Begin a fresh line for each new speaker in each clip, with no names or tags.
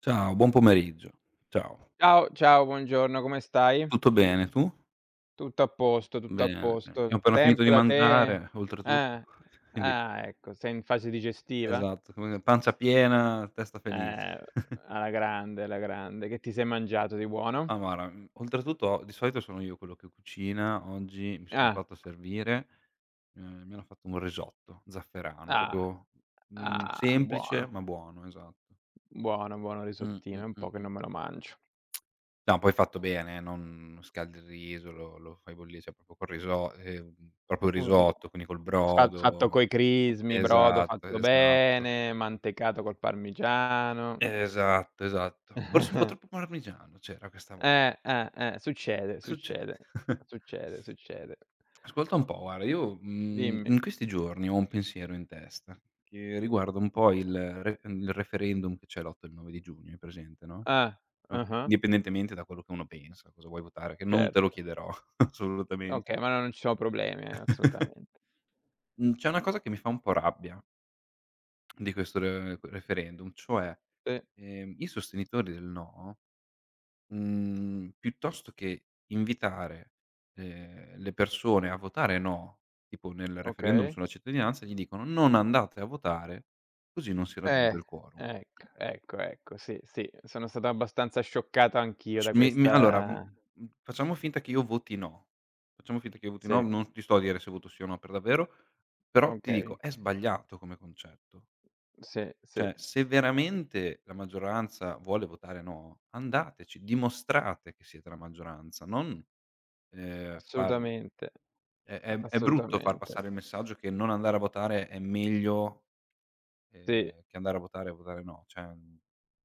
Ciao, buon pomeriggio. Ciao.
Ciao, ciao, buongiorno, come stai?
Tutto bene, tu?
Tutto a posto, tutto a
Bene, bene. Abbiamo
posto.
appena finito di
Tempo da te?
mangiare, oltretutto.
Eh,
Quindi
ah, ecco, sei in fase digestiva?
esatto, come dire, pancia piena, testa felice.
Eh, alla grande, alla grande. Che ti sei mangiato di buono?
Ma guarda, oltretutto di solito sono io quello che cucina, oggi mi sono
Ah,
fatto servire, mi hanno fatto un risotto zafferano,
ah,
proprio,
ah,
semplice
buono,
ma buono, esatto.
buono
Mh,
risottino,
mh,
è un
mh,
po' che
mh.
non me lo mangio.
No, poi fatto bene, non scaldi il riso, lo fai bollire, cioè proprio col riso proprio il
Uh, uh,
risotto, quindi col
fa
brodo.
fatto coi crismi, brodo
Esatto,
fatto
esatto.
bene, mantecato col parmigiano.
Esatto, esatto. Forse un po' troppo parmigiano c'era questa volta. Mh,
Succede,
succede.
succede, succede, succede.
Ascolta un po', guarda, io,
Dimmi.
in questi giorni ho un pensiero in testa che riguarda un po' il re il referendum che c'è l'8 e il 9 di giugno, hai presente, no,
Ah,
okay.
ah-ah,
Indipendentemente da quello che uno pensa, cosa vuoi votare, che non te lo
certo.
chiederò assolutamente.
Okay, ma no, non ci sono problemi, assolutamente.
Mhmm, c'è una cosa che mi fa un po' rabbia di questo re referendum, cioè,
Sì,
i sostenitori del no, piuttosto che invitare, le persone a votare no, tipo nel referendum
okay.
sulla cittadinanza, gli dicono: "Non andate a votare, così non si raggiunge
Eh,
il quorum".
ecco, ecco, ecco, sì, sì, sono stato abbastanza scioccato anch'io
S
da
mi mi allora,
questa.
facciamo finta che io voti no, facciamo finta che io voti no,
Sì,
non ti sto a dire se voto sì o no per davvero, però ti
okay,
dico: è sbagliato come concetto.
sì, sì,
Cioè, se veramente la maggioranza vuole votare no, andateci, dimostrate che siete la maggioranza, non, far
assolutamente,
è
a
è brutto far
assolutamente.
passare il messaggio che non andare a votare è meglio,
Sì.
che andare a votare e votare no, cioè,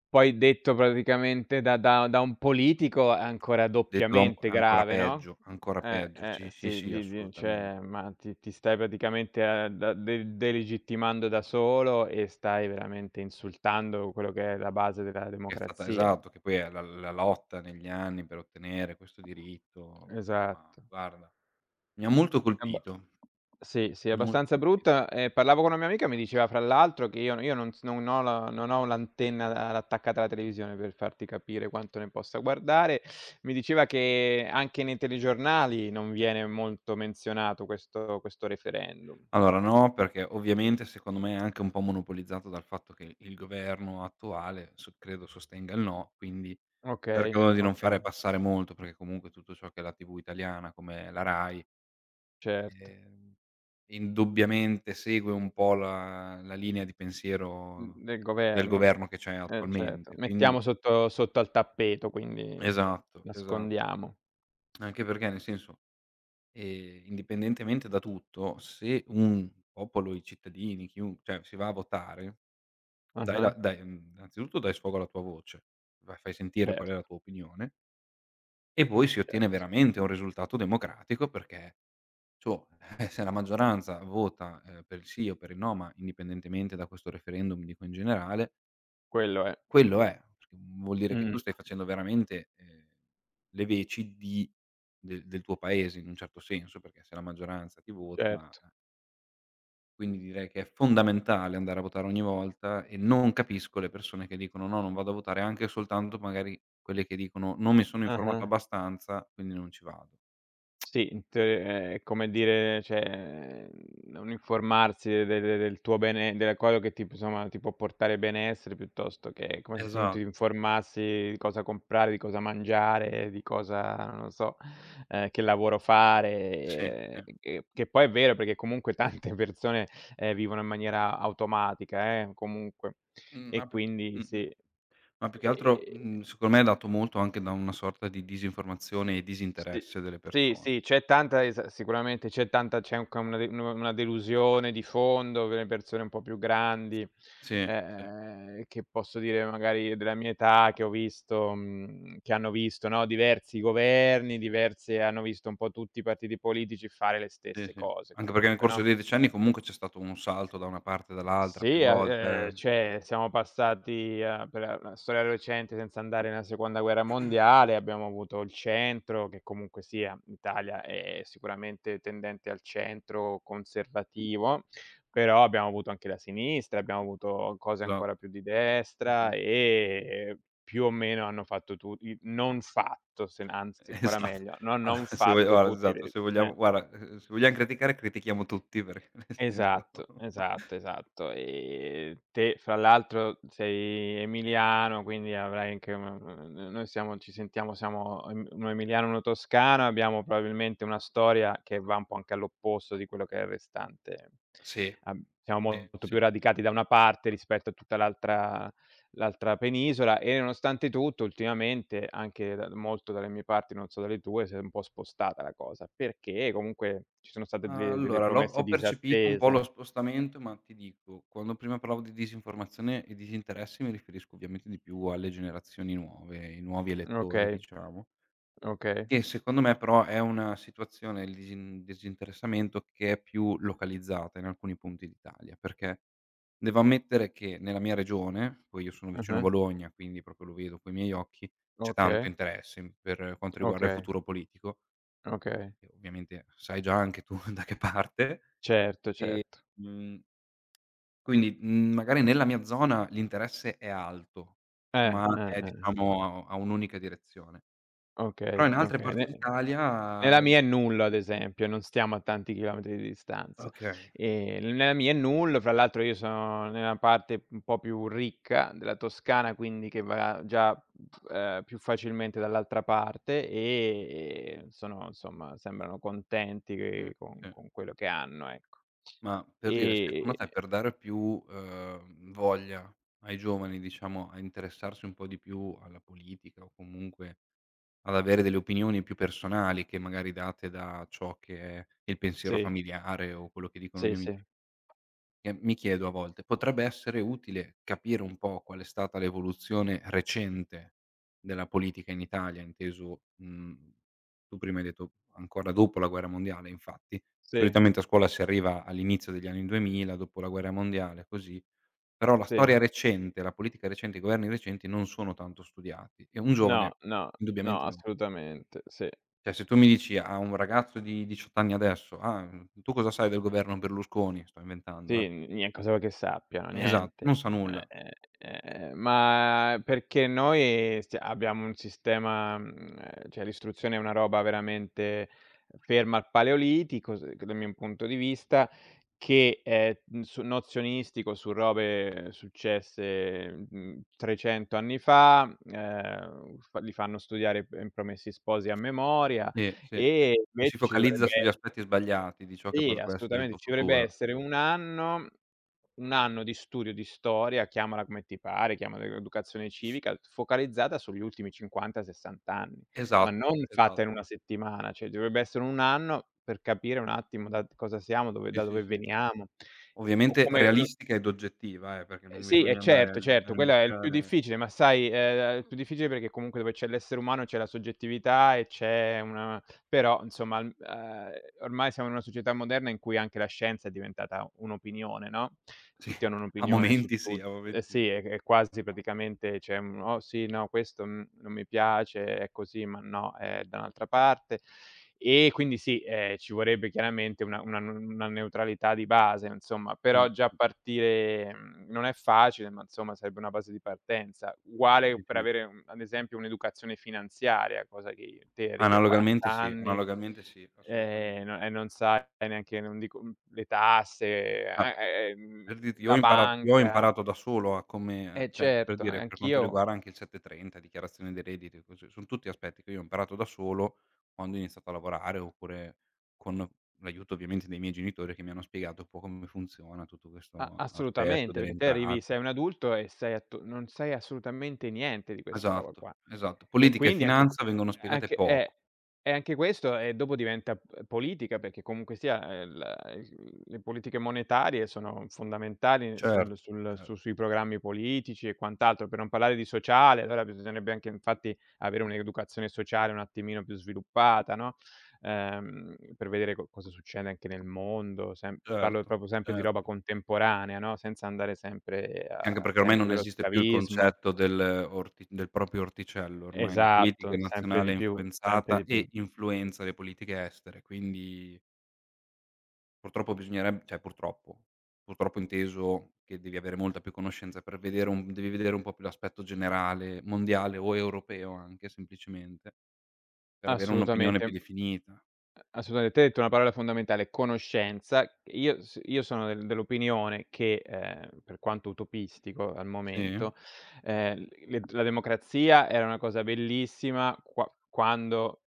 Poi detto praticamente da un politico è ancora
detto da un p
doppiamente
ancora
grave, no?
peggio, ancora
Eh,
peggio. Sì, sì,
sì,
sì,
di
assolutamen.
cioè, ma ti stai praticamente a da de delegittimando da solo e stai veramente insultando quello che è la base della
Che è stata
democrazia.
esatto, che poi è la lotta negli anni per ottenere questo diritto, ma
Esatto.
guarda, mi ha molto
Abba
colpito,
sì, sì,
mi ha molto
abbastanza
colpi.
brutta. Parlavo con una mia amica, mi diceva fra l'altro che io non s non ho la non ho l'antenna a attaccata alla televisione, per farti capire quanto ne possa guardare. Mi diceva che anche nei telegiornali non viene molto menzionato questo referendum.
Allora no, perché ovviamente secondo me è anche un po' monopolizzato dal fatto che il governo attuale so credo sostenga il no, quindi
Okay,
cercano di non fare
okay,
passare molto, perché comunque tutto ciò che è la TV italiana come la Rai,
certo.
ehm, indubbiamente segue un po' la linea di pensiero
Mhmm, Del
del
governo,
governo che c'è
eh, certo.
attualmente, quindi
Mettiamo sotto sotto al tappeto, quindi
esatto, esa
nascondiamo.
anche perché nel senso, indipendentemente da tutto, se un popolo, i cittadini, chiun cioè si va a votare.
Ah-ah,
Dai innanzitutto dai sfogo alla tua voce, vai fai sentire qual è
certo,
la tua opinione e poi si ottiene
certo.
veramente un risultato democratico perché, cioè, se la maggioranza vota, per il sì o per il no, ma indipendentemente da questo referendum, dico in generale,
Quello è.
quello è, perché vuol dire che
Mh,
tu stai facendo veramente, le veci di del tuo paese in un certo senso, perché se la maggioranza ti vota,
certo.
eh. Quindi direi che è fondamentale andare a votare ogni volta e non capisco le persone che dicono: "No, non vado a votare", anche soltanto magari quelle che dicono: "Non mi sono informato
Ah-ah.
abbastanza, quindi non ci vado".
Sì, in te è come dire, cioè, non informarsi de del tuo bene della quello che ti p insomma, ti può portare benessere piuttosto che è come se tu non ti
Esatto,
informassi di cosa comprare, di cosa mangiare, di cosa non lo so, che lavoro
sì, sì.
fare, che poi è vero perché comunque tante persone, vivono in maniera automatica, comunque.
Mhmm, ma
E
più
quindi
mh-mh.
sì.
Ma più che altro,
Ehm
secondo me è dato molto anche da una sorta di disinformazione e
Sì,
disinteresse delle
sì,
persone.
sì, c'è tanta es sicuramente c'è tanta c'è anche una de una delusione di fondo per le persone un po' più grandi,
Sì, sì,
che posso dire magari della mia età che ho visto che hanno visto, no, diversi governi, diverse hanno visto un po' tutti i partiti politici fare le
sì,
stesse
sì.
cose
Anche perché nel
comunque,
corso
no?
dei decenni comunque c'è stato un salto da una parte e dall'altra più
Sì, a
volte.
cioè siamo passati a per la storia recente senza andare nella seconda guerra mondiale, abbiamo avuto il centro che comunque sia, l'Italia è sicuramente tendente al centro conservativo, però abbiamo avuto anche la sinistra, abbiamo avuto cose
Esatto,
ancora più di
esa
destra e più o meno hanno fatto tu i non fatto, se n anzi ancora
Esa
meglio, no non
allora se vuoi
fatto
guarda
tutti
esatto,
le
se vogliamo
eh.
guarda, se vogliam criticare, critichiamo tutti perché nel senso.
Esatto, esatto, esatto. Te fra l'altro sei emiliano, quindi avrai anche una n n noi siamo ci sentiamo siamo em uno emiliano e uno toscano, abbiamo probabilmente una storia che va un po' anche all'opposto di quello che è il restante.
Sì,
Ab siamo
sì,
molto più
sì, sì.
radicati da una parte rispetto a tutta l'altra l'altra penisola e nonostante tutto ultimamente, anche da molto dalle mie parti, non so dalle tue, si è un po' spostata la cosa, perché comunque ci sono state delle
Allora l'ho
promesse
ho percepito un po' lo
disattese.
spostamento, ma ti dico, quando prima parlavo di disinformazione e disinteresse mi riferisco ovviamente di più alle generazioni nuove, ai nuovi elettori
Okay,
diciamo,
okay.
che secondo me però è una situazione il disinteressamento che è più localizzata in alcuni punti d'Italia, perché devo ammettere che nella mia regione, poi io sono vicino a
Ah-ah.
Bologna, quindi proprio lo vedo coi miei occhi, c'è tanto
Okay,
interesse in per quanto riguarda il
okay,
futuro politico,
okay.
che ovviamente sai già anche tu da che parte,
Certo,
e,
certo.
mhmm, quindi, magari nella mia zona l'interesse è alto, ma è
Eh, eh.
diciamo a un'unica direzione. Però
Okay,
in altre
okay.
parti
Ne nella
d'Italia
mia è nulla ad esempio, non stiamo a tanti chilometri di distanza.
okay,
Nella mia è nulla, fra l'altro io sono nella parte un po' più ricca della Toscana, quindi che va già, più facilmente dall'altra parte e sono insomma sembrano contenti
sì,
che con
sì.
con quello che hanno, ecco.
Ma per dire,
Ehm
secondo te per dare più, voglia ai giovani, diciamo, a interessarsi un po' di più alla politica o comunque ad avere delle opinioni più personali che magari date da ciò che è il pensiero
sì,
familiare o quello che dicono gli
sì,
ami.
sì,
Mi chiedo a volte, potrebbe essere utile capire un po' qual è stata l'evoluzione recente della politica in Italia, inteso tu prima hai detto ancora dopo la guerra mondiale infatti.
sì,
Solitamente a scuola si arriva all'inizio degli anni 2000, dopo la guerra mondiale, così, però la
sì.
storia recente, la politica recente, i governi recenti non sono tanto studiati e un
No,
giovane
no, no,
indubbiamente non,
assolutamente, sì.
cioè se tu mi dici a un ragazzo di 18 anni adesso: "Ah, tu cosa sai del governo Berlusconi?" Sto inventando, eh.
Sì, n nie cosa vuoi che sappiano?
Esatto, non
Niente.
sa
Ehm,
nulla.
ehm, ma perché noi stia abbiamo un sistema cioè l'istruzione è una roba veramente ferma al paleolitico, s dal mio punto di vista, che è, su nozionistico su robe successe, 300 anni fa, fa li fanno studiare p Promessi Sposi a memoria
Sì, sì, sì.
e
Ci si
invece ci
focalizza sugli
dovrebbe
aspetti sbagliati di ciò che
sì,
potrebbe essere il
assolutamente.
tuo
Ci dovrebbe
futuro.
essere 1 anno 1 anno di studio di storia, chiamala come ti pare, chiamala educazione civica, focalizzata sugli ultimi 50, 60 anni, ma non
Esatto,
fatta in
esatto.
1 settimana, cioè dovrebbe essere 1 anno per capire un attimo da cosa siamo, dove
Sì,
da
sì,
dove
sì.
veniamo, e o
Ovviamente
come lo s
realistica ed oggettiva, perché non
Sì, e
bisogna andare
certo,
a
certo, quella è il più
imboccare.
difficile, ma sai, il più difficile perché comunque dove c'è l'essere umano c'è la soggettività e c'è una però insomma, mhmm, ormai siamo in una società moderna in cui anche la scienza è diventata un'opinione, no?
Sì,
Tutti hanno
a
un'opinione su
momenti sì,
tut
a momenti sì.
sì, è quasi praticamente c'è un: "Oh sì, no, questo, mhmm, non mi piace, è così, ma no, è da un'altra parte". E quindi sì, ci vorrebbe chiaramente una n una neutralità di base, insomma,
Mh,
però già
mh,
partire mhmm, non è facile, ma insomma sarebbe una base di partenza. Uguale
sì,
per
sì.
avere, ad esempio un'educazione finanziaria, cosa che te arrivi a 40
Analogamente sì,
anni.
analogamente sì, assolutamen
No e non sai neanche non dico, le tasse,
ah.
a
Per dirti
la
io ho
banca.
imparato da solo a
Eh,
come cioè per
certo,
dire, per quanto
anch'io.
riguarda anche il 730, dichiarazione dei redditi e così, son tutti aspetti che io ho imparato da solo quando ho iniziato a lavorare, oppure con l'aiuto ovviamente dei miei genitori che mi hanno spiegato un po' come funziona tutto
A
questo aspetto
assolutamente,
delle
perché te arrivi sei
entrate.
un adulto e sei attu non sai assolutamente niente di questa roba
Esatto,
qua.
esatto.
E
Politica e
quindi anche
finanza
que
vengono spiegate
anche
poco.
e anche questo e dopo diventa p politica, perché comunque sia, la il le politiche monetarie sono fondamentali sul
Certo,
sul
cer,
su sui programmi politici e quant'altro, per non parlare di sociale, allora bisognerebbe anche infatti avere un'educazione sociale un attimino più sviluppata, no? Per vedere co cosa succede anche nel mondo, sem parlo
certo,
proprio sempre di roba
certo.
contemporanea, no, senza andare sempre
Anche
al
perché ormai
tempo
non
dello
esiste più il
schiavismo.
concetto del orti del proprio orticello, ormai la politica
Esatto, sempre
nazionale
di
è
più, sempre
influenzata
di più.
e influenza le politiche estere, quindi purtroppo bisognereb cioè purtroppo, purtroppo inteso che devi avere molta più conoscenza per vedere un devi vedere un po' più l'aspetto generale, mondiale o europeo anche semplicemente, per avere un'opinione
Assolutamente.
più definita.
A assolutamente, te hai detto una parola fondamentale: conoscenza. Io sono del dell'opinione che, per quanto utopistico al
Sì?
momento, le la democrazia era una cosa bellissima qua quando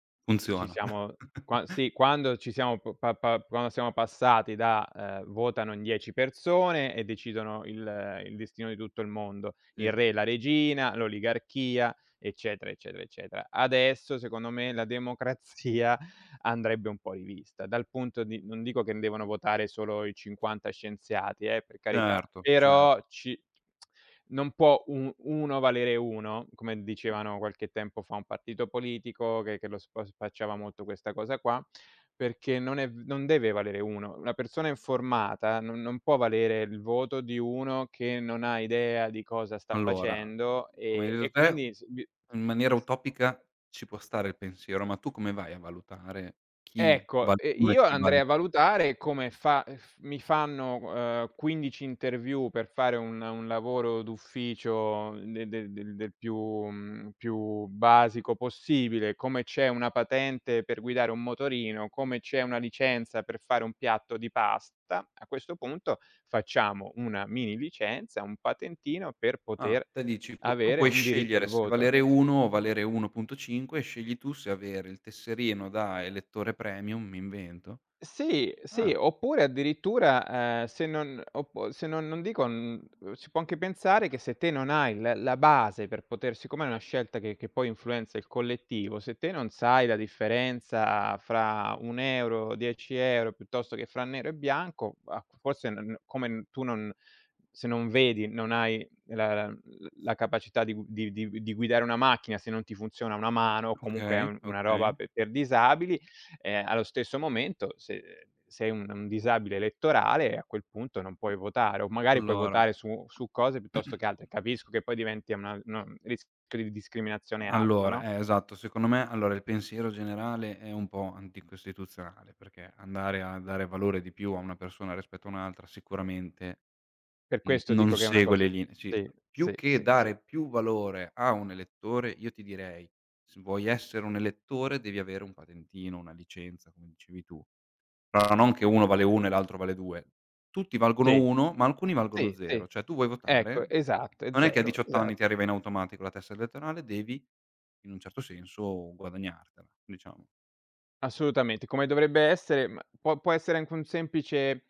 ci
Funziona.
siamo qua sì, quando ci siamo p pa pa quando siamo passati da, votano in 10 persone e decidono il destino di tutto il mondo, il
Sì,
re, la regina, l'oligarchia, eccetera, eccetera, eccetera. Adesso, secondo me, la democrazia andrebbe un po' rivista. Dal punto di non dico che devono votare solo i 50 scienziati, per carità,
certo, cer,
però ci non può u uno valere uno, come dicevano qualche tempo fa un partito politico che lo spa spacciava molto questa cosa qua, perché non è v non deve valere uno. Una persona informata non può valere il voto di uno che non ha idea di cosa sta
allora,
facendo
come hai
e
detto
e
te.
quindi s bi
In maniera utopica ci può stare il pensiero, ma tu come vai a valutare chi
ecco,
vale
e
1 e
io
chi vale
andrei a
2?
valutare come fa f mi fanno, 15 interview per fare un lavoro d'ufficio de del del più mhmm, più basico possibile, come c'è una patente per guidare un motorino, come c'è una licenza per fare un piatto di pasta, a questo punto facciamo una mini licenza, un patentino per
Ah,
poter
te dici pu tu
avere
puoi
un diritto al
scegliere se
voto.
valere 1 o valere 1,5 e scegli tu se avere il tesserino da elettore premium, mi invento.
Sì,
Ah,
sì, oppure addirittura, se non oppo se non non dico, mhmm, si può anche pensare che se te non hai l la base per poter siccome è una scelta che poi influenza il collettivo, se te non sai la differenza fra 1 euro, 10 €, piuttosto che fra nero e bianco, a forse n n come n tu non se non vedi, non hai la l la capacità di gu di guidare una macchina, se non ti funziona una mano o comunque è
okay,
un una roba
okay.
pe per disabili, allo stesso momento se sei un disabile elettorale, a quel punto non puoi votare, o magari puoi
Allora
votare su su cose piuttosto che altre. Capisco che poi diventi una no un rischio di discriminazione alto, no,
allora, esatto, secondo me allora il pensiero generale è un po' anticostituzionale, perché andare a dare valore di più a una persona rispetto a un'altra sicuramente.
per questo
Non
dico che è una
segue le
cosa
linee, sì.
sì,
Più
sì,
che
sì, sì.
dare più valore a un elettore, io ti direi: se vuoi essere un elettore devi avere un patentino, una licenza, come dicevi tu. Però non che uno vale 1 e l'altro vale 2. Tutti valgono
Sì,
1, ma alcuni valgono
sì,
0.
sì.
Cioè tu vuoi
Ecco,
votare,
esatto, è
non è che a
0,
18 anni ti
esatto.
arriva in automatico la tessera elettorale, devi in un certo senso guadagnartela, diciamo.
Assolutamente, come dovrebbe essere, ma può essere anche un semplice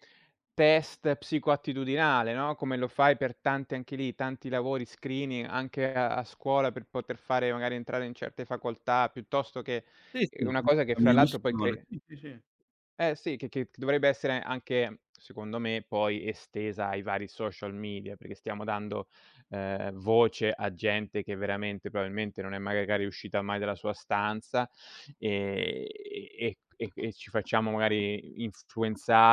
test psicoattitudinale, no, come lo fai per tanti anche lì, tanti lavori, screening anche a a scuola per poter fare magari entrare in certe facoltà, piuttosto che
Sì,
è
sì.
una cosa che
La
fra
mia
l'altro poi
missione
cre
sì, sì, sì.
eh sì, che dovrebbe essere anche, secondo me, poi estesa ai vari social media, perché stiamo dando, voce a gente che veramente probabilmente non è magari uscita mai dalla sua stanza, ehm, e ci facciamo magari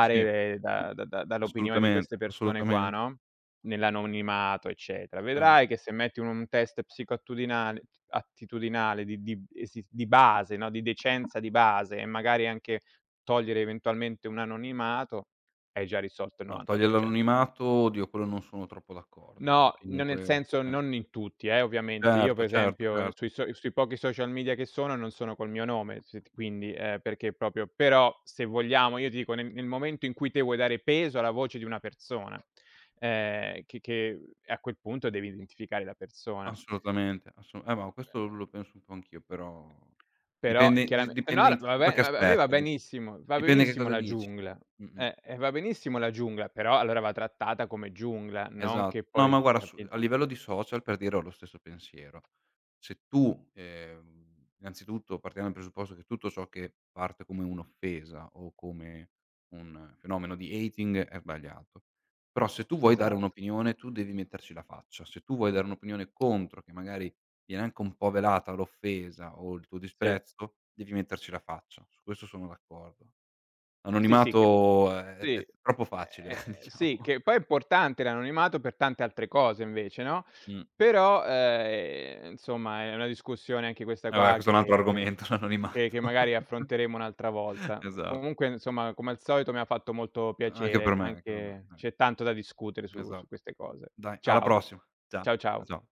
Sì,
da dall'opinione di
assolutamente,
queste persone qua,
assolutamente.
no, nell'anonimato, eccetera.
Eh.
Vedrai che se metti un test psicoattitudinale attitudinale di esi di base, no, di decenza di base e magari anche togliere eventualmente un anonimato, hai già risolto il
No, toglie
90%.
l'anonimato, oddio quello non sono troppo d'accordo, perché
No, no nel
comunque
senso non in tutti, ovviamente. Io
certo,
per
certo,
esempio n
certo,
sui so sui pochi social media che sono non sono col mio nome, s quindi, perché proprio però se vogliamo io ti dico nel nel momento in cui te vuoi dare peso alla voce di una persona, che a quel punto devi identificare la persona.
assolutamente, assu ma questo lo penso un po' anch'io, però
Però chiarame
dipende
no, no,
in
va
su che
bene a me
aspetto, di
va
dipende che
benissimo
cosa
la
dici.
giungla.
Mh-mh.
E va benissimo la giungla, però allora va trattata come giungla, non
Esatto.
che
No, ma
poi
guarda su a
capito?
livello di social per dire ho lo stesso pensiero. Se tu, innanzitutto partiamo dal presupposto che tutto ciò che parte come un'offesa o come un fenomeno di hating è sbagliato. Però se tu vuoi dare
Esatto,
un'opinione, tu devi metterci la faccia. Se tu vuoi dare un'opinione contro, che magari viene anche un po' velata l'offesa o il tuo
sì.
disprezzo, devi metterci la faccia. Su questo sono d'accordo.
Sì, sì, che
L'anonimato è
sì,
è troppo facile
sì,
diciamo.
che poi è importante l'anonimato per tante altre cose invece, no,
Mh.
però, insomma è una discussione anche questa
Eh beh,
qua
questo è un altro
che che
argomento,
che
l'anonimato.
che magari affronteremo un'altra volta.
Esatto.
Comunque insomma, come al solito mi ha fatto molto piacere,
Anche per me,
anche
dai.
c'è tanto da discutere su su
Esatto.
queste cose.
Dai, alla
Ciao.
prossima. Ciao.
Ciao,
Ciao,
ciao.
ciao.